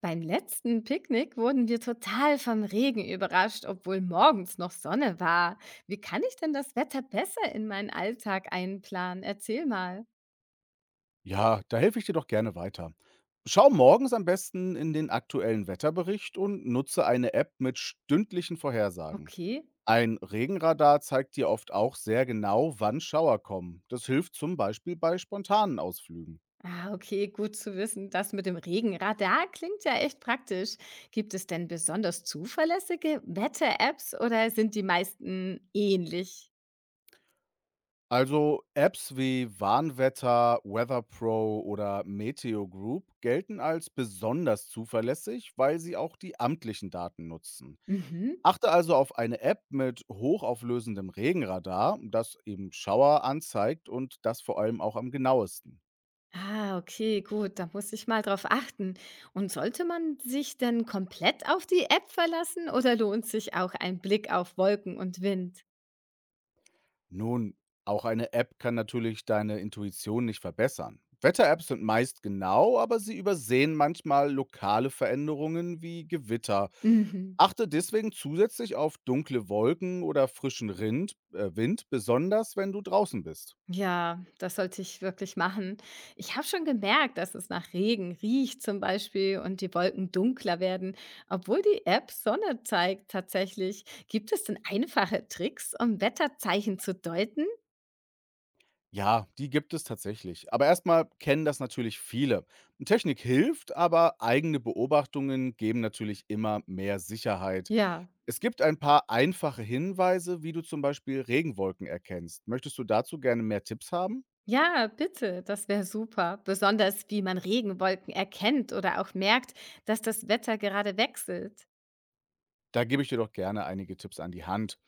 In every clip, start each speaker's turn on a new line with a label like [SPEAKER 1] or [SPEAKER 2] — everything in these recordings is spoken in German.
[SPEAKER 1] Beim letzten Picknick wurden wir total vom Regen überrascht, obwohl morgens noch Sonne war. Wie kann ich denn das Wetter besser in meinen Alltag einplanen? Erzähl mal.
[SPEAKER 2] Ja, da helfe ich dir doch gerne weiter. Schau morgens am besten in den aktuellen Wetterbericht und nutze eine App mit stündlichen Vorhersagen.
[SPEAKER 1] Okay.
[SPEAKER 2] Ein Regenradar zeigt dir oft auch sehr genau, wann Schauer kommen. Das hilft zum Beispiel bei spontanen Ausflügen.
[SPEAKER 1] Ah, okay, gut zu wissen. Das mit dem Regenradar klingt ja echt praktisch. Gibt es denn besonders zuverlässige Wetter-Apps oder sind die meisten ähnlich?
[SPEAKER 2] Also Apps wie Warnwetter, Weather Pro oder Meteo Group gelten als besonders zuverlässig, weil sie auch die amtlichen Daten nutzen.
[SPEAKER 1] Mhm.
[SPEAKER 2] Achte also auf eine App mit hochauflösendem Regenradar, das eben Schauer anzeigt und das vor allem auch am genauesten.
[SPEAKER 1] Ah, okay, gut, da muss ich mal drauf achten. Und sollte man sich denn komplett auf die App verlassen oder lohnt sich auch ein Blick auf Wolken und Wind?
[SPEAKER 2] Nun, auch eine App kann natürlich deine Intuition nicht verbessern. Wetter-Apps sind meist genau, aber sie übersehen manchmal lokale Veränderungen wie Gewitter.
[SPEAKER 1] Mhm.
[SPEAKER 2] Achte deswegen zusätzlich auf dunkle Wolken oder frischen Wind, besonders wenn du draußen bist.
[SPEAKER 1] Ja, das sollte ich wirklich machen. Ich habe schon gemerkt, dass es nach Regen riecht zum Beispiel und die Wolken dunkler werden, obwohl die App Sonne zeigt tatsächlich. Gibt es denn einfache Tricks, um Wetterzeichen zu deuten?
[SPEAKER 2] Ja, die gibt es tatsächlich. Aber erstmal kennen das natürlich viele. Technik hilft, aber eigene Beobachtungen geben natürlich immer mehr Sicherheit.
[SPEAKER 1] Ja.
[SPEAKER 2] Es gibt ein paar einfache Hinweise, wie du zum Beispiel Regenwolken erkennst. Möchtest du dazu gerne mehr Tipps haben?
[SPEAKER 1] Ja, bitte, das wäre super. Besonders wie man Regenwolken erkennt oder auch merkt, dass das Wetter gerade wechselt.
[SPEAKER 2] Da gebe ich dir doch gerne einige Tipps an die Hand.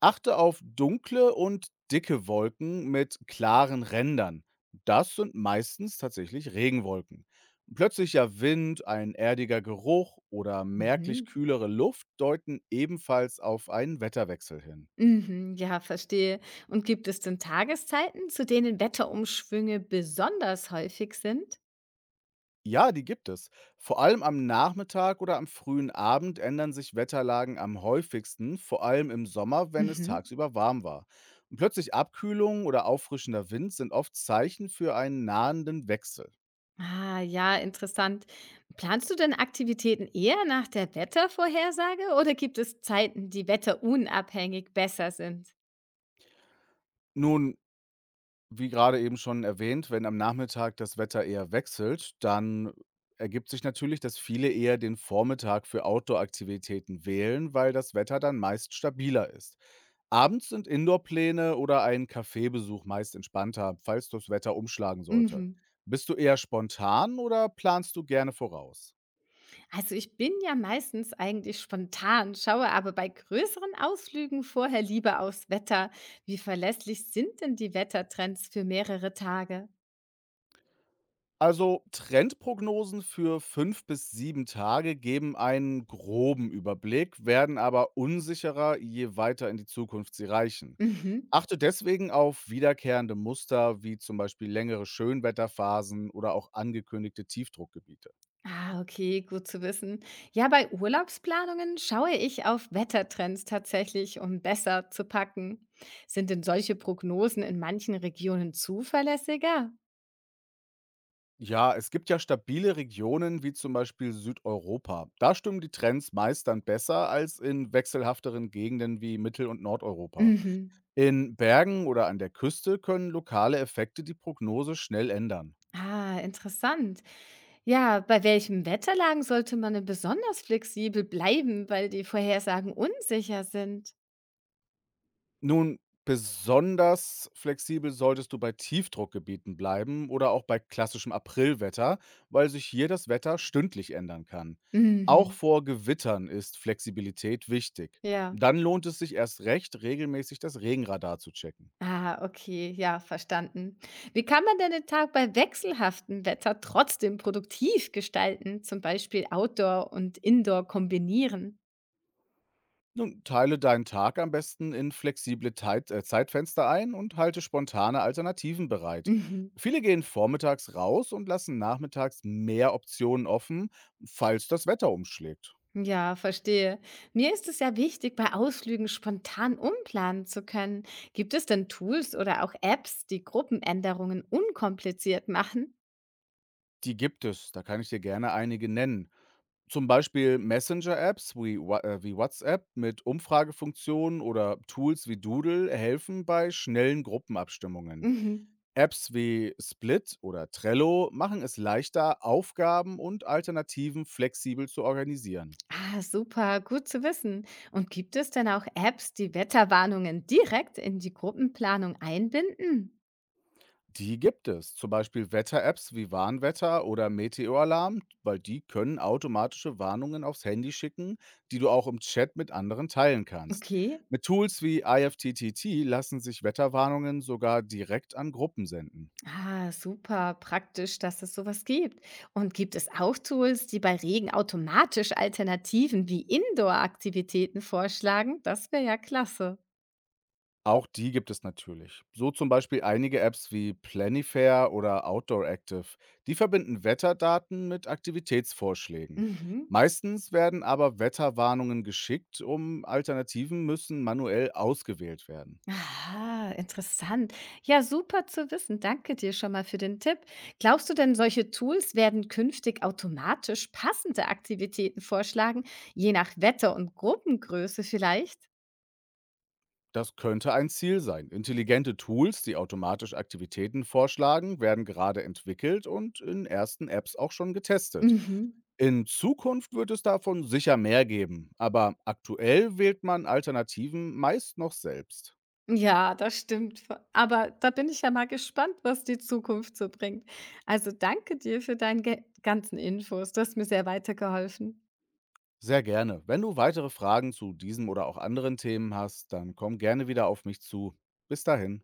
[SPEAKER 2] Achte auf dunkle und dicke Wolken mit klaren Rändern. Das sind meistens tatsächlich Regenwolken. Plötzlicher Wind, ein erdiger Geruch oder merklich
[SPEAKER 1] Mhm.
[SPEAKER 2] kühlere Luft deuten ebenfalls auf einen Wetterwechsel hin.
[SPEAKER 1] Mhm, ja, verstehe. Und gibt es denn Tageszeiten, zu denen Wetterumschwünge besonders häufig sind?
[SPEAKER 2] Ja, die gibt es. Vor allem am Nachmittag oder am frühen Abend ändern sich Wetterlagen am häufigsten, vor allem im Sommer, wenn es
[SPEAKER 1] Mhm.
[SPEAKER 2] tagsüber warm war. Und plötzlich Abkühlung oder auffrischender Wind sind oft Zeichen für einen nahenden Wechsel.
[SPEAKER 1] Ah, ja, interessant. Planst du denn Aktivitäten eher nach der Wettervorhersage oder gibt es Zeiten, die wetterunabhängig besser sind?
[SPEAKER 2] Nun, wie gerade eben schon erwähnt, wenn am Nachmittag das Wetter eher wechselt, dann ergibt sich natürlich, dass viele eher den Vormittag für Outdoor-Aktivitäten wählen, weil das Wetter dann meist stabiler ist. Abends sind Indoor-Pläne oder ein Kaffeebesuch meist entspannter, falls das Wetter umschlagen sollte.
[SPEAKER 1] Mhm.
[SPEAKER 2] Bist du eher spontan oder planst du gerne voraus?
[SPEAKER 1] Also ich bin ja meistens eigentlich spontan, schaue aber bei größeren Ausflügen vorher lieber aufs Wetter. Wie verlässlich sind denn die Wettertrends für mehrere Tage?
[SPEAKER 2] Also Trendprognosen für fünf bis sieben Tage geben einen groben Überblick, werden aber unsicherer, je weiter in die Zukunft sie reichen.
[SPEAKER 1] Mhm.
[SPEAKER 2] Achte deswegen auf wiederkehrende Muster wie zum Beispiel längere Schönwetterphasen oder auch angekündigte Tiefdruckgebiete.
[SPEAKER 1] Ah, okay, gut zu wissen. Ja, bei Urlaubsplanungen schaue ich auf Wettertrends tatsächlich, um besser zu packen. Sind denn solche Prognosen in manchen Regionen zuverlässiger?
[SPEAKER 2] Ja, es gibt ja stabile Regionen wie zum Beispiel Südeuropa. Da stimmen die Trends meist dann besser als in wechselhafteren Gegenden wie Mittel- und Nordeuropa.
[SPEAKER 1] Mhm.
[SPEAKER 2] In Bergen oder an der Küste können lokale Effekte die Prognose schnell ändern.
[SPEAKER 1] Ah, interessant. Ja, bei welchen Wetterlagen sollte man denn besonders flexibel bleiben, weil die Vorhersagen unsicher sind?
[SPEAKER 2] Nun, besonders flexibel solltest du bei Tiefdruckgebieten bleiben oder auch bei klassischem Aprilwetter, weil sich hier das Wetter stündlich ändern kann. Auch
[SPEAKER 1] Mhm.
[SPEAKER 2] vor Gewittern ist Flexibilität wichtig.
[SPEAKER 1] Ja.
[SPEAKER 2] Dann lohnt es sich erst recht, regelmäßig das Regenradar zu checken.
[SPEAKER 1] Ah, okay, ja, verstanden. Wie kann man denn den Tag bei wechselhaftem Wetter trotzdem produktiv gestalten, zum Beispiel Outdoor und Indoor kombinieren?
[SPEAKER 2] Nun, teile deinen Tag am besten in flexible Zeitfenster ein und halte spontane Alternativen bereit.
[SPEAKER 1] Mhm.
[SPEAKER 2] Viele gehen vormittags raus und lassen nachmittags mehr Optionen offen, falls das Wetter umschlägt.
[SPEAKER 1] Ja, verstehe. Mir ist es ja wichtig, bei Ausflügen spontan umplanen zu können. Gibt es denn Tools oder auch Apps, die Gruppenänderungen unkompliziert machen?
[SPEAKER 2] Die gibt es, da kann ich dir gerne einige nennen. Zum Beispiel Messenger-Apps wie WhatsApp mit Umfragefunktionen oder Tools wie Doodle helfen bei schnellen Gruppenabstimmungen.
[SPEAKER 1] Mhm.
[SPEAKER 2] Apps wie Split oder Trello machen es leichter, Aufgaben und Alternativen flexibel zu organisieren.
[SPEAKER 1] Ah, super, gut zu wissen. Und gibt es denn auch Apps, die Wetterwarnungen direkt in die Gruppenplanung einbinden?
[SPEAKER 2] Die gibt es, zum Beispiel Wetter-Apps wie Warnwetter oder Meteoralarm, weil die können automatische Warnungen aufs Handy schicken, die du auch im Chat mit anderen teilen kannst.
[SPEAKER 1] Okay.
[SPEAKER 2] Mit Tools wie IFTTT lassen sich Wetterwarnungen sogar direkt an Gruppen senden.
[SPEAKER 1] Ah, super praktisch, dass es sowas gibt. Und gibt es auch Tools, die bei Regen automatisch Alternativen wie Indoor-Aktivitäten vorschlagen? Das wäre ja klasse.
[SPEAKER 2] Auch die gibt es natürlich. So zum Beispiel einige Apps wie Planifair oder Outdoor Active. Die verbinden Wetterdaten mit Aktivitätsvorschlägen.
[SPEAKER 1] Mhm.
[SPEAKER 2] Meistens werden aber Wetterwarnungen geschickt, um Alternativen müssen manuell ausgewählt werden.
[SPEAKER 1] Ah, interessant. Ja, super zu wissen. Danke dir schon mal für den Tipp. Glaubst du denn, solche Tools werden künftig automatisch passende Aktivitäten vorschlagen, je nach Wetter und Gruppengröße vielleicht?
[SPEAKER 2] Das könnte ein Ziel sein. Intelligente Tools, die automatisch Aktivitäten vorschlagen, werden gerade entwickelt und in ersten Apps auch schon getestet.
[SPEAKER 1] Mhm.
[SPEAKER 2] In Zukunft wird es davon sicher mehr geben, aber aktuell wählt man Alternativen meist noch selbst.
[SPEAKER 1] Ja, das stimmt. Aber da bin ich ja mal gespannt, was die Zukunft so bringt. Also danke dir für deine ganzen Infos. Du hast mir sehr weitergeholfen.
[SPEAKER 2] Sehr gerne. Wenn du weitere Fragen zu diesem oder auch anderen Themen hast, dann komm gerne wieder auf mich zu. Bis dahin.